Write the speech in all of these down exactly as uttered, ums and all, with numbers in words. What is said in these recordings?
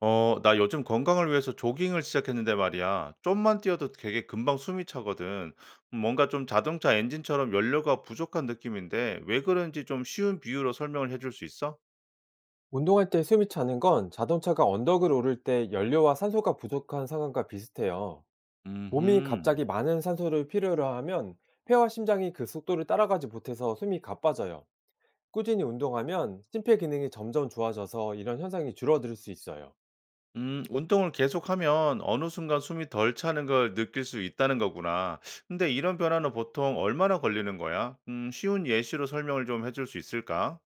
어, 나 요즘 건강을 위해서 조깅을 시작했는데 말이야. 좀만 뛰어도 되게 금방 숨이 차거든. 뭔가 좀 자동차 엔진처럼 연료가 부족한 느낌인데 왜 그런지 좀 쉬운 비유로 설명을 해줄 수 있어? 운동할 때 숨이 차는 건 자동차가 언덕을 오를 때 연료와 산소가 부족한 상황과 비슷해요. 몸이 음, 갑자기 많은 산소를 필요로 하면 폐와 심장이 그 속도를 따라가지 못해서 숨이 가빠져요. 꾸준히 운동하면 심폐 기능이 점점 좋아져서 이런 현상이 줄어들 수 있어요. 음, 운동을 계속하면 어느 순간 숨이 덜 차는 걸 느낄 수 있다는 거구나. 근데 이런 변화는 보통 얼마나 걸리는 거야? 음, 쉬운 예시로 설명을 좀 해줄 수 있을까?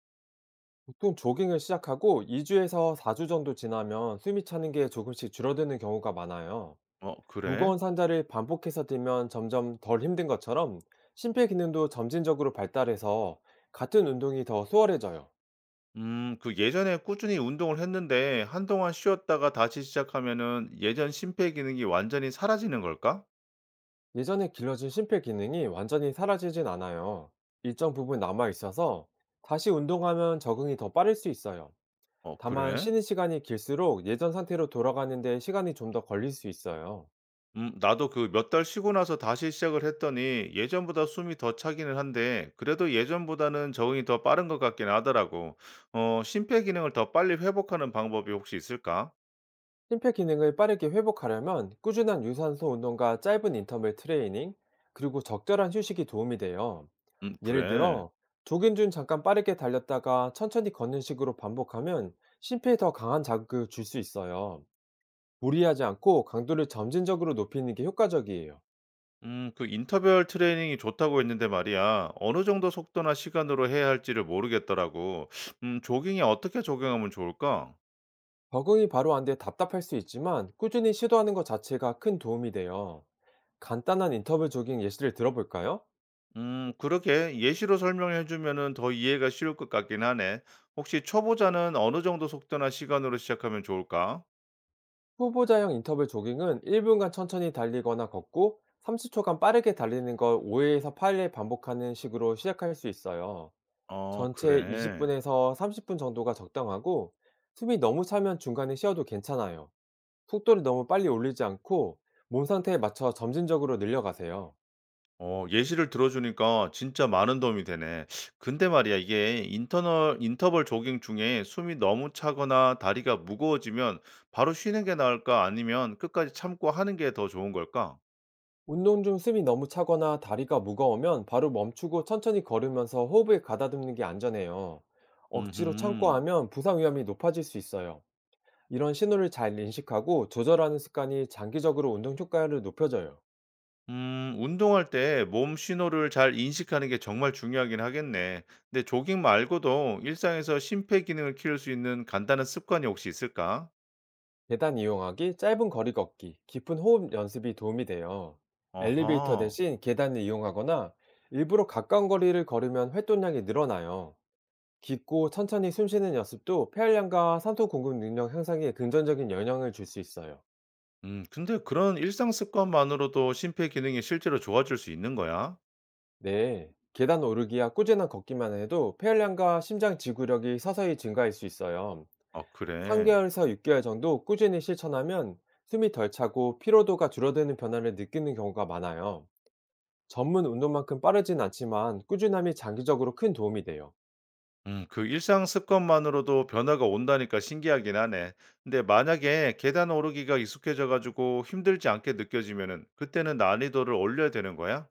보통 조깅을 시작하고 이 주에서 사 주 정도 지나면 숨이 차는 게 조금씩 줄어드는 경우가 많아요. 어, 그래? 무거운 상자를 반복해서 들면 점점 덜 힘든 것처럼 심폐 기능도 점진적으로 발달해서 같은 운동이 더 수월해져요. 음, 그 예전에 꾸준히 운동을 했는데 한동안 쉬었다가 다시 시작하면은 예전 심폐 기능이 완전히 사라지는 걸까? 예전에 길러진 심폐 기능이 완전히 사라지진 않아요. 일정 부분 남아 있어서 다시 운동하면 적응이 더 빠를 수 있어요. 어, 다만 그래? 쉬는 시간이 길수록 예전 상태로 돌아가는데 시간이 좀 더 걸릴 수 있어요. 음, 나도 그 몇 달 쉬고 나서 다시 시작을 했더니 예전보다 숨이 더 차기는 한데 그래도 예전보다는 적응이 더 빠른 것 같긴 하더라고. 어, 심폐 기능을 더 빨리 회복하는 방법이 혹시 있을까? 심폐 기능을 빠르게 회복하려면 꾸준한 유산소 운동과 짧은 인터벌 트레이닝, 그리고 적절한 휴식이 도움이 돼요. 음, 예를 그래. 들어, 조깅 중 잠깐 빠르게 달렸다가 천천히 걷는 식으로 반복하면 심폐에 더 강한 자극을 줄 수 있어요. 무리하지 않고 강도를 점진적으로 높이는 게 효과적이에요. 음, 그 인터벌 트레이닝이 좋다고 했는데 말이야. 어느 정도 속도나 시간으로 해야 할지를 모르겠더라고. 음, 조깅에 어떻게 적용하면 좋을까? 적응이 바로 안 돼 답답할 수 있지만 꾸준히 시도하는 것 자체가 큰 도움이 돼요. 간단한 인터벌 조깅 예시를 들어볼까요? 음, 그렇게 예시로 설명해 주면은 더 이해가 쉬울 것 같긴 하네. 혹시 초보자는 어느 정도 속도나 시간으로 시작하면 좋을까? 후보자형 인터벌 조깅은 일 분간 천천히 달리거나 걷고 삼십 초간 빠르게 달리는 걸 오 회에서 팔 회 반복하는 식으로 시작할 수 있어요. 어, 전체 그래. 이십 분에서 삼십 분 정도가 적당하고 숨이 너무 차면 중간에 쉬어도 괜찮아요. 속도를 너무 빨리 올리지 않고 몸 상태에 맞춰 점진적으로 늘려가세요. 어 예시를 들어 주니까 진짜 많은 도움이 되네. 근데 말이야 이게 인터널 인터벌 조깅 중에 숨이 너무 차거나 다리가 무거워지면 바로 쉬는 게 나을까 아니면 끝까지 참고 하는 게 더 좋은 걸까? 운동 중 숨이 너무 차거나 다리가 무거우면 바로 멈추고 천천히 걸으면서 호흡을 가다듬는 게 안전해요. 억지로 참고 음흠. 하면 부상 위험이 높아질 수 있어요. 이런 신호를 잘 인식하고 조절하는 습관이 장기적으로 운동 효과를 높여줘요. 음 운동할 때 몸 신호를 잘 인식하는 게 정말 중요하긴 하겠네. 근데 조깅 말고도 일상에서 심폐기능을 키울 수 있는 간단한 습관이 혹시 있을까? 계단 이용하기, 짧은 거리 걷기, 깊은 호흡 연습이 도움이 돼요. 엘리베이터 어허. 대신 계단을 이용하거나 일부러 가까운 거리를 걸으면 활동량이 늘어나요. 깊고 천천히 숨쉬는 연습도 폐활량과 산소 공급 능력 향상에 긍정적인 영향을 줄 수 있어요. 음, 근데 그런 일상 습관만으로도 심폐 기능이 실제로 좋아질 수 있는 거야? 네, 계단 오르기와 꾸준한 걷기만 해도 폐활량과 심장 지구력이 서서히 증가할 수 있어요. 아, 그래. 삼 개월에서 육 개월 정도 꾸준히 실천하면 숨이 덜 차고 피로도가 줄어드는 변화를 느끼는 경우가 많아요. 전문 운동만큼 빠르진 않지만 꾸준함이 장기적으로 큰 도움이 돼요. 음, 그 일상 습관만으로도 변화가 온다니까 신기하긴 하네. 근데 만약에 계단 오르기가 익숙해져가지고 힘들지 않게 느껴지면은 그때는 난이도를 올려야 되는 거야?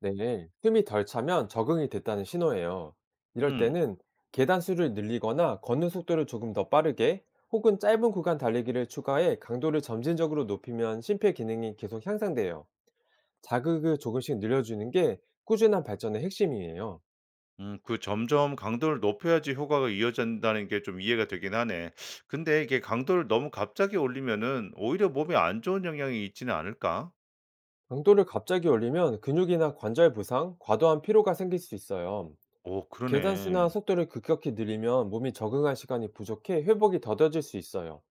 네, 숨이 덜 차면 적응이 됐다는 신호예요. 이럴 음, 때는 계단 수를 늘리거나 걷는 속도를 조금 더 빠르게 혹은 짧은 구간 달리기를 추가해 강도를 점진적으로 높이면 심폐 기능이 계속 향상돼요. 자극을 조금씩 늘려주는 게 꾸준한 발전의 핵심이에요. 음, 그 점점 강도를 높여야지 효과가 이어진다는 게 좀 이해가 되긴 하네. 근데 이게 강도를 너무 갑자기 올리면은 오히려 몸에 안 좋은 영향이 있지는 않을까? 강도를 갑자기 올리면 근육이나 관절 부상, 과도한 피로가 생길 수 있어요. 오, 계단 수나 그러네. 속도를 급격히 늘리면 몸이 적응할 시간이 부족해 회복이 더뎌질 수 있어요.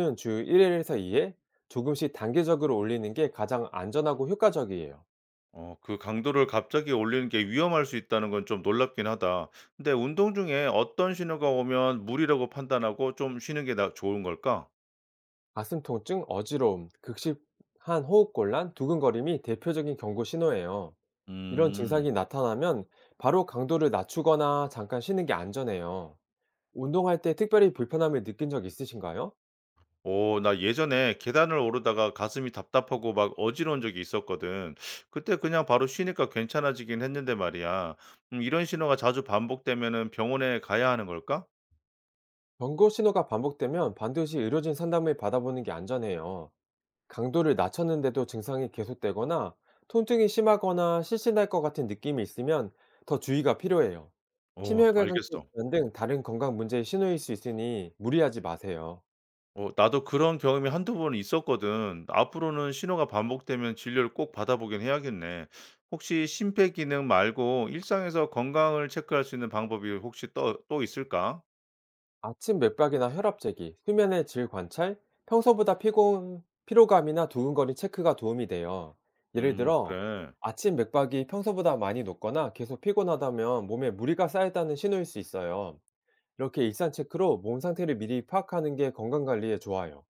강도는 주 일 회에서 이 회 조금씩 단계적으로 올리는 게 가장 안전하고 효과적이에요. 어 그 강도를 갑자기 올리는 게 위험할 수 있다는 건 좀 놀랍긴 하다. 근데 운동 중에 어떤 신호가 오면 무리라고 판단하고 좀 쉬는 게 나 좋은 걸까? 가슴 통증, 어지러움, 극심한 호흡곤란, 두근거림이 대표적인 경고 신호예요. 이런 음, 증상이 나타나면 바로 강도를 낮추거나 잠깐 쉬는 게 안전해요. 운동할 때 특별히 불편함을 느낀 적 있으신가요? 오, 나 예전에 계단을 오르다가 가슴이 답답하고 막 어지러운 적이 있었거든. 그때 그냥 바로 쉬니까 괜찮아지긴 했는데 말이야. 음, 이런 신호가 자주 반복되면은 병원에 가야 하는 걸까? 경고 신호가 반복되면 반드시 의료진 상담을 받아보는 게 안전해요. 강도를 낮췄는데도 증상이 계속되거나 통증이 심하거나 실신할 것 같은 느낌이 있으면 더 주의가 필요해요. 오, 심혈관계 알겠어. 질환 등 다른 건강 문제의 신호일 수 있으니 무리하지 마세요. 어 나도 그런 경험이 한두 번은 있었거든. 앞으로는 신호가 반복되면 진료를 꼭 받아보긴 해야겠네. 혹시 심폐 기능 말고 일상에서 건강을 체크할 수 있는 방법이 혹시 또 또 있을까? 아침 맥박이나 혈압 재기, 수면의 질 관찰, 평소보다 피곤, 피로감이나 두근거림 체크가 도움이 돼요. 예를 음 들어, 그래. 아침 맥박이 평소보다 많이 높거나 계속 피곤하다면 몸에 무리가 쌓였다는 신호일 수 있어요. 이렇게 일상 체크로 몸 상태를 미리 파악하는 게 건강 관리에 좋아요.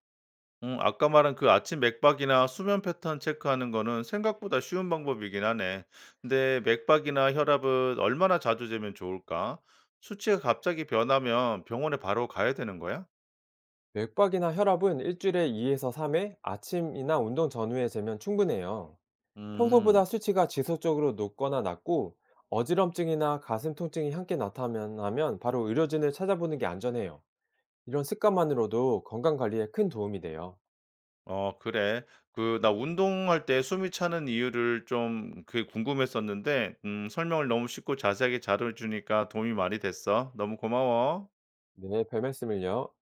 음 아까 말한 그 아침 맥박이나 수면 패턴 체크하는 거는 생각보다 쉬운 방법이긴 하네. 근데 맥박이나 혈압은 얼마나 자주 재면 좋을까? 수치가 갑자기 변하면 병원에 바로 가야 되는 거야? 맥박이나 혈압은 일주일에 이에서 삼 회 아침이나 운동 전후에 재면 충분해요. 음. 평소보다 수치가 지속적으로 높거나 낮고 어지럼증이나 가슴 통증이 함께 나타나면 바로 의료진을 찾아보는 게 안전해요. 이런 습관만으로도 건강 관리에 큰 도움이 돼요. 어 그래. 그 나 운동할 때 숨이 차는 이유를 좀 그게 궁금했었는데 음 설명을 너무 쉽고 자세하게 잘해 주니까 도움이 많이 됐어. 너무 고마워. 네, 별 말씀을요.